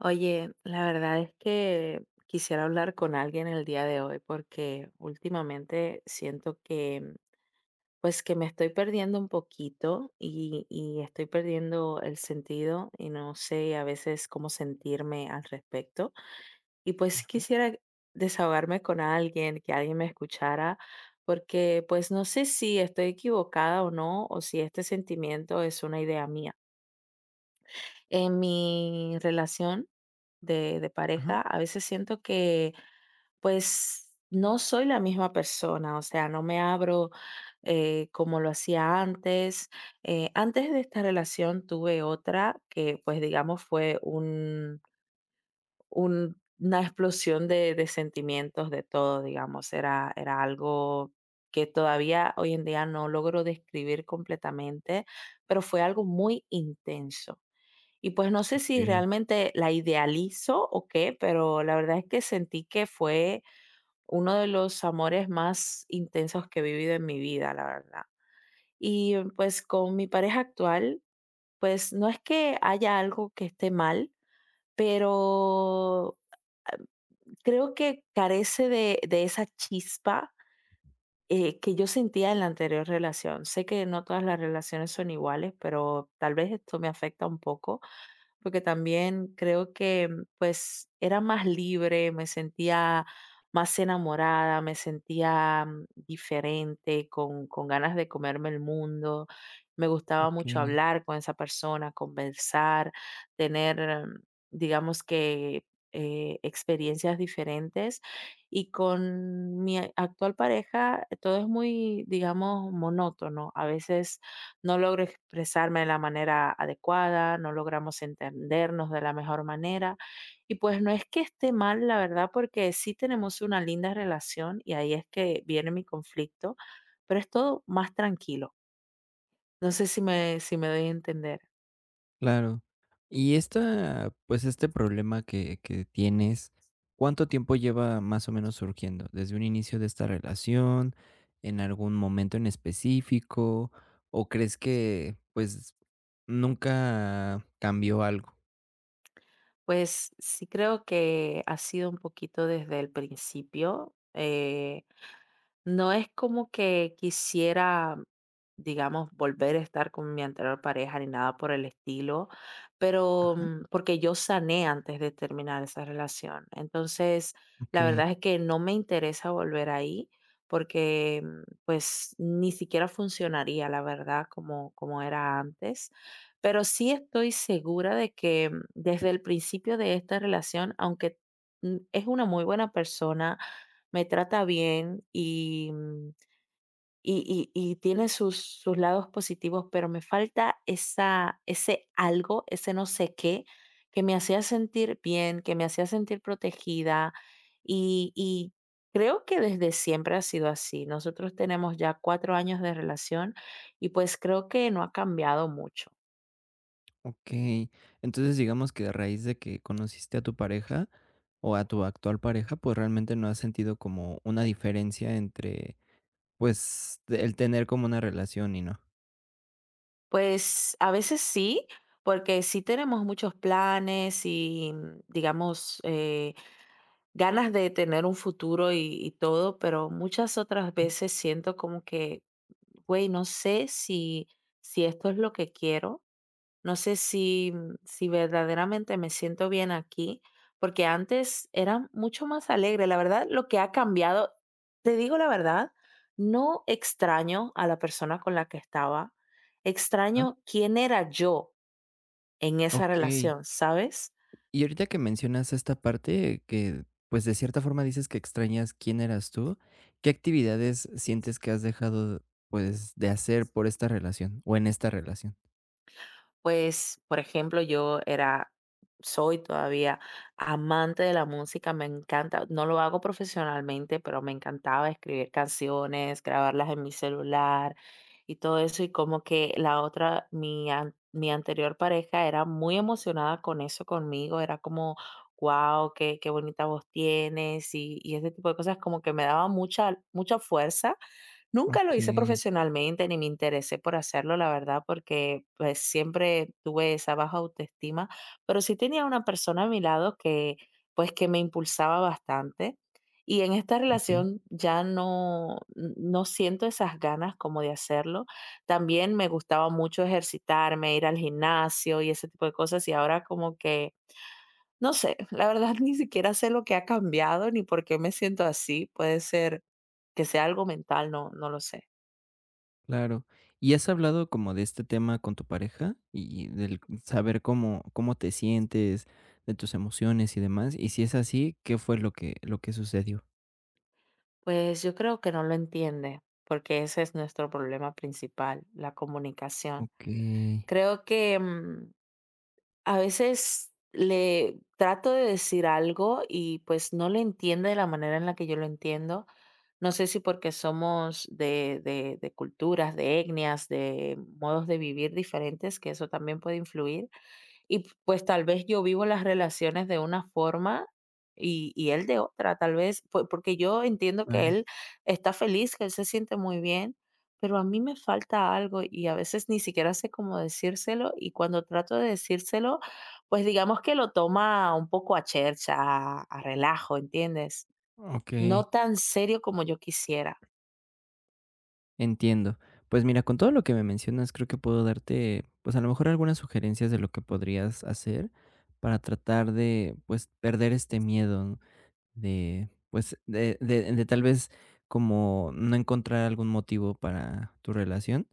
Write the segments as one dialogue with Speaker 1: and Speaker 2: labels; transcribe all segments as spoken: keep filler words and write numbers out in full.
Speaker 1: Oye, la verdad es que quisiera hablar con alguien el día de hoy porque últimamente siento que, pues que me estoy perdiendo un poquito y, y estoy perdiendo el sentido y no sé a veces cómo sentirme al respecto. Y pues sí quisiera desahogarme con alguien, que alguien me escuchara, porque pues no sé si estoy equivocada o no, o si este sentimiento es una idea mía. En mi relación de de pareja, a veces siento que, pues, no soy la misma persona, o sea, no me abro, eh, como lo hacía antes. Eh, antes de esta relación tuve otra que, pues, digamos, fue un un una explosión de de sentimientos, de todo, digamos, era era algo que todavía hoy en día no logro describir completamente, pero fue algo muy intenso. Y pues no sé si realmente la idealizo o qué, pero la verdad es que sentí que fue uno de los amores más intensos que he vivido en mi vida, la verdad. Y pues con mi pareja actual, pues no es que haya algo que esté mal, pero ah, creo que carece de, de esa chispa eh, que yo sentía en la anterior relación. Sé que no todas las relaciones son iguales, pero tal vez esto me afecta un poco porque también creo que pues era más libre, me sentía más enamorada, me sentía mm, diferente, con, con ganas de comerme el mundo. Me gustaba mucho hablar con esa persona, conversar, tener, mm, digamos que, eh, experiencias diferentes. Y con mi a- actual pareja, eh, todo es muy, digamos, monótono. A veces no logro expresarme de la manera adecuada, no logramos entendernos de la mejor manera. Y pues no es que esté mal, la verdad, porque sí tenemos una linda relación y ahí es que viene mi conflicto, pero es todo más tranquilo. No sé si me, si me doy a entender.
Speaker 2: Claro. Y esta, pues este problema que, que tienes, ¿cuánto tiempo lleva más o menos surgiendo? ¿Desde un inicio de esta relación? ¿En algún momento en específico? ¿O crees que pues nunca cambió algo?
Speaker 1: Pues sí creo que ha sido un poquito desde el principio. eh, No es como que quisiera, digamos, volver a estar con mi anterior pareja ni nada por el estilo, pero mm, porque yo sané antes de terminar esa relación. Entonces,
Speaker 2: Ok,
Speaker 1: la verdad es que no me interesa volver ahí porque mm, pues ni siquiera funcionaría, la verdad, como, como era antes. Pero sí estoy segura de que mm, desde el principio de esta relación, aunque mm, es una muy buena persona, me trata bien y, mm, y, y- y tiene sus, sus lados positivos, pero me falta esa, ese algo, ese no sé qué, que me hacía sentir bien, que me hacía sentir protegida y, y creo que desde siempre ha sido así. Nosotros tenemos ya cuatro años de relación y pues creo que no ha cambiado mucho.
Speaker 2: ok. Entonces digamos que a raíz de que conociste a tu pareja o a tu actual pareja, pues realmente no has sentido como una diferencia entre pues el tener como una relación y no.
Speaker 1: Pues a veces sí, porque sí tenemos muchos planes y mm, digamos... eh, ganas de tener un futuro y, y todo, pero muchas otras veces siento como que, güey, no sé si, si esto es lo que quiero, no sé si, si verdaderamente me siento bien aquí, porque antes era mucho más alegre. La verdad, lo que ha cambiado, te digo la verdad, no extraño a la persona con la que estaba,
Speaker 2: Ah,
Speaker 1: extraño quién era yo en esa
Speaker 2: ok.
Speaker 1: relación, ¿sabes?
Speaker 2: Y ahorita que mencionas esta parte que, pues, de cierta forma dices que extrañas quién eras tú, ¿qué actividades sientes que has dejado, pues, de hacer por esta relación o en esta relación?
Speaker 1: Pues, por ejemplo, yo era, soy todavía amante de la música, me encanta, no lo hago profesionalmente, pero me encantaba escribir canciones, grabarlas en mi celular y todo eso, y como que la otra, mi, an- mi anterior pareja era muy emocionada con eso conmigo, era como, wow, qué, qué bonita voz tienes y, y ese tipo de cosas como que me daba mucha, mucha fuerza. Nunca lo hice
Speaker 2: Okey,
Speaker 1: profesionalmente ni me interesé por hacerlo, la verdad, porque, pues, siempre tuve esa baja autoestima, pero sí tenía una persona a mi lado que, pues, que me impulsaba bastante. Y en esta
Speaker 2: okey.
Speaker 1: relación ya no no siento esas ganas como de hacerlo. También me gustaba mucho ejercitarme, ir al gimnasio y ese tipo de cosas, y ahora como que, no sé, la verdad ni siquiera sé lo que ha cambiado ni por qué me siento así. Puede ser que sea algo mental, no no lo sé.
Speaker 2: Claro. ¿Y has hablado como de este tema con tu pareja? Y del saber cómo cómo te sientes, de tus emociones y demás, y si es así, ¿qué fue lo que lo que sucedió?
Speaker 1: Pues yo creo que no lo entiende, porque ese es nuestro problema principal, la comunicación.
Speaker 2: Okey,
Speaker 1: Creo que mm, a veces le trato de decir algo y pues no lo entiende de la manera en la que yo lo entiendo. No sé si porque somos de, de de culturas, de etnias, de modos de vivir diferentes, que eso también puede influir y pues tal vez yo vivo las relaciones de una forma y, y él de otra, tal vez, po- porque yo entiendo que
Speaker 2: claro,
Speaker 1: él está feliz, que él se siente muy bien, pero a mí me falta algo y a veces ni siquiera sé cómo decírselo y cuando trato de decírselo, pues digamos que lo toma un poco a chercha, a, a relajo, ¿entiendes? No
Speaker 2: okey.
Speaker 1: tan serio como yo quisiera.
Speaker 2: Entiendo. Pues mira, con todo lo que me mencionas, creo que puedo darte, pues a lo mejor algunas sugerencias de lo que podrías hacer para tratar de, pues, perder este miedo, ¿no? De, pues, de, de, de tal vez como no encontrar algún motivo para tu relación.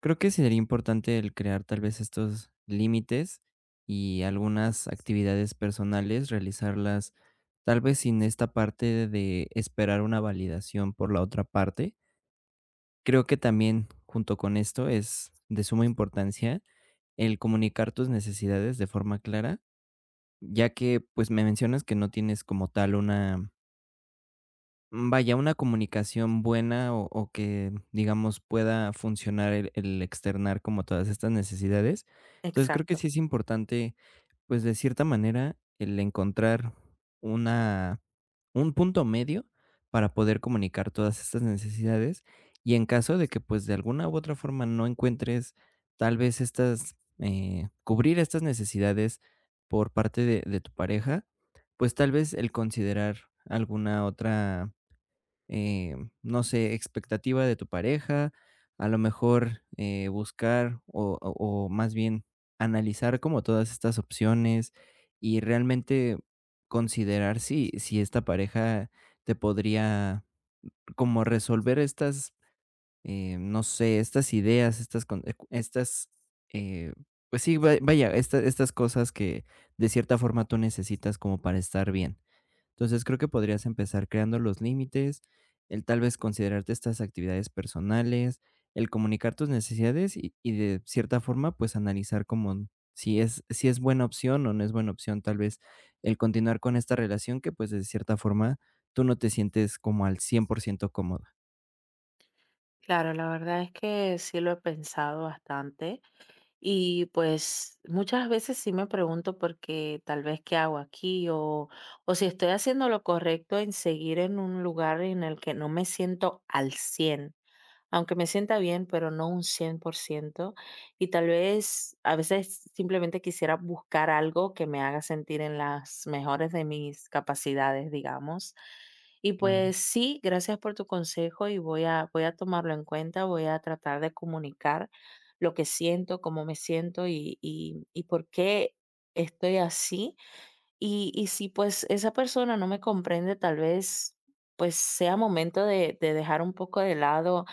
Speaker 2: Creo que sería importante el crear tal vez estos límites y algunas actividades personales, realizarlas tal vez sin esta parte de esperar una validación por la otra parte. Creo que también, junto con esto, es de suma importancia el comunicar tus necesidades de forma clara, ya que, pues, me mencionas que no tienes como tal una, mm, vaya, una comunicación buena o o que, digamos, pueda funcionar el el externar como todas estas necesidades. Entonces, creo que
Speaker 1: Exacto.
Speaker 2: sí es importante, pues, de cierta manera, el encontrar una, un punto medio para poder comunicar todas estas necesidades, y en caso de que, pues, de alguna u otra forma no encuentres tal vez estas, eh, cubrir estas necesidades por parte de de tu pareja, pues, tal vez el considerar alguna otra, eh, no sé, expectativa de tu pareja, a lo mejor, eh, buscar o, o- o más bien analizar como todas estas opciones y realmente considerar si, si esta pareja te podría como resolver estas, eh, no sé, estas ideas, estas, con- eh, cu- estas, eh, pues sí, va- vaya, esta- estas cosas que de cierta forma tú necesitas como para estar bien. Entonces, creo que podrías empezar creando los límites, el tal vez considerarte estas actividades personales, el comunicar tus necesidades y, y de cierta forma, pues analizar como si es, si es buena opción o no es buena opción, tal vez el continuar con esta relación que pues de cierta forma tú no te sientes como al cien por ciento cómoda.
Speaker 1: Claro, la verdad es que sí lo he pensado bastante. Y pues muchas veces sí me pregunto por qué tal vez qué hago aquí o, o si estoy haciendo lo correcto en seguir en un lugar en el que no me siento al cien aunque me sienta bien, pero no un cien por ciento. Y tal vez a veces simplemente quisiera buscar algo que me haga sentir en las mejores de mis capacidades, digamos. Y
Speaker 2: Claro,
Speaker 1: pues sí, gracias por tu consejo y voy a, voy a tomarlo en cuenta, voy a tratar de comunicar lo que siento, cómo me siento y, y, y por qué estoy así y, y si pues esa persona no me comprende, tal vez pues sea momento de, de dejar un poco de lado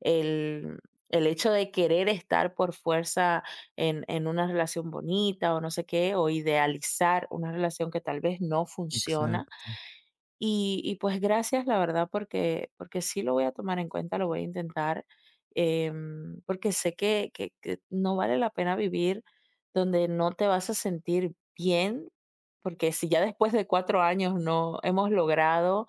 Speaker 1: el, el hecho de querer estar por fuerza en, en una relación bonita o no sé qué, o idealizar una relación que tal vez no funciona
Speaker 2: exacto.
Speaker 1: y y pues gracias, la verdad, porque porque sí lo voy a tomar en cuenta, lo voy a intentar, em, porque sé que que que no vale la pena vivir donde no te vas a sentir bien, porque si ya después de cuatro años no hemos logrado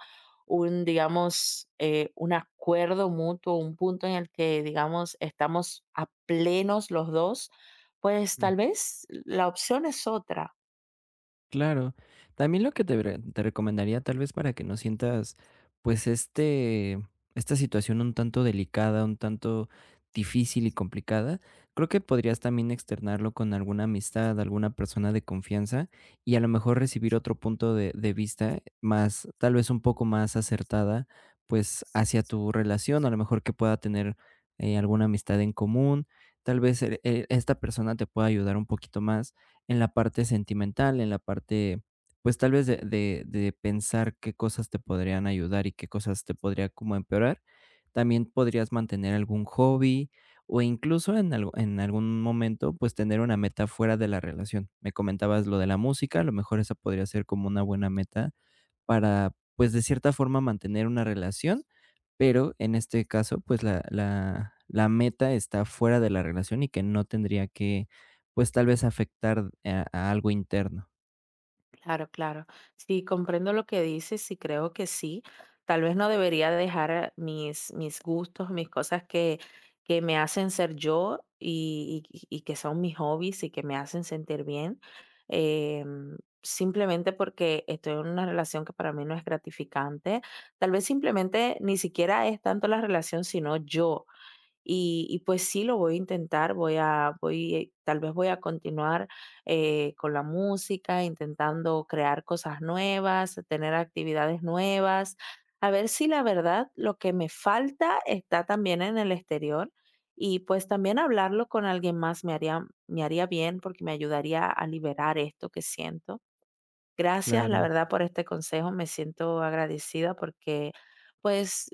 Speaker 1: un, digamos, eh, un acuerdo mutuo, un punto en el que, digamos, estamos a plenos los dos pues tal vez la opción es otra.
Speaker 2: Claro. También lo que te re te recomendaría, tal vez, para que no sientas, pues, este, esta situación un tanto delicada, un tanto difícil y complicada, creo que podrías también externarlo con alguna amistad, alguna persona de confianza, y a lo mejor recibir otro punto de de vista más, tal vez, un poco más acertada, pues, hacia tu relación, a lo mejor que pueda tener, eh, alguna amistad en común, tal vez, eh, e esta persona te pueda ayudar un poquito más en la parte sentimental, en la parte, pues tal vez de, de- de pensar qué cosas te podrían ayudar y qué cosas te podría como empeorar. También podrías mantener algún hobby o incluso en, algo- en algún momento, pues tener una meta fuera de la relación. Me comentabas lo de la música, a lo mejor esa podría ser como una buena meta para, pues de cierta forma, mantener una relación, pero en este caso, pues, la la la meta está fuera de la relación y que no tendría que, pues, tal vez afectar a a algo interno.
Speaker 1: Claro, claro. Sí, comprendo lo que dices y creo que sí. Tal vez no debería dejar mis, mis gustos, mis cosas que, que me hacen ser yo y, y- y que son mis hobbies y que me hacen sentir bien, em, simplemente porque estoy en una relación que para mí no es gratificante. Tal vez simplemente ni siquiera es tanto la relación, sino yo. Y, y pues sí, lo voy a intentar, voy a, voy, eh, tal vez voy a continuar eh, con la música, intentando crear cosas nuevas, tener actividades nuevas, a ver si la verdad lo que me falta está también en el exterior y pues también hablarlo con alguien más me haría, me haría bien porque me ayudaría a liberar esto que siento. Gracias, la
Speaker 2: Claro.
Speaker 1: verdad, por este consejo, me siento agradecida porque pues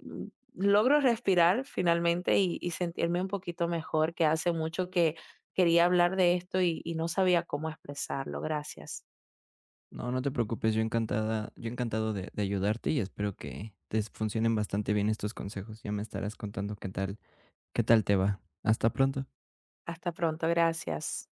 Speaker 1: Mm, logro respirar finalmente y y sentirme un poquito mejor, que hace mucho que quería hablar de esto y y no sabía cómo expresarlo. Gracias.
Speaker 2: No, no te preocupes, yo encantada, yo encantado de de ayudarte y espero que te funcionen bastante bien estos consejos. Ya me estarás contando qué tal qué tal te va. Hasta pronto.
Speaker 1: Hasta pronto, gracias.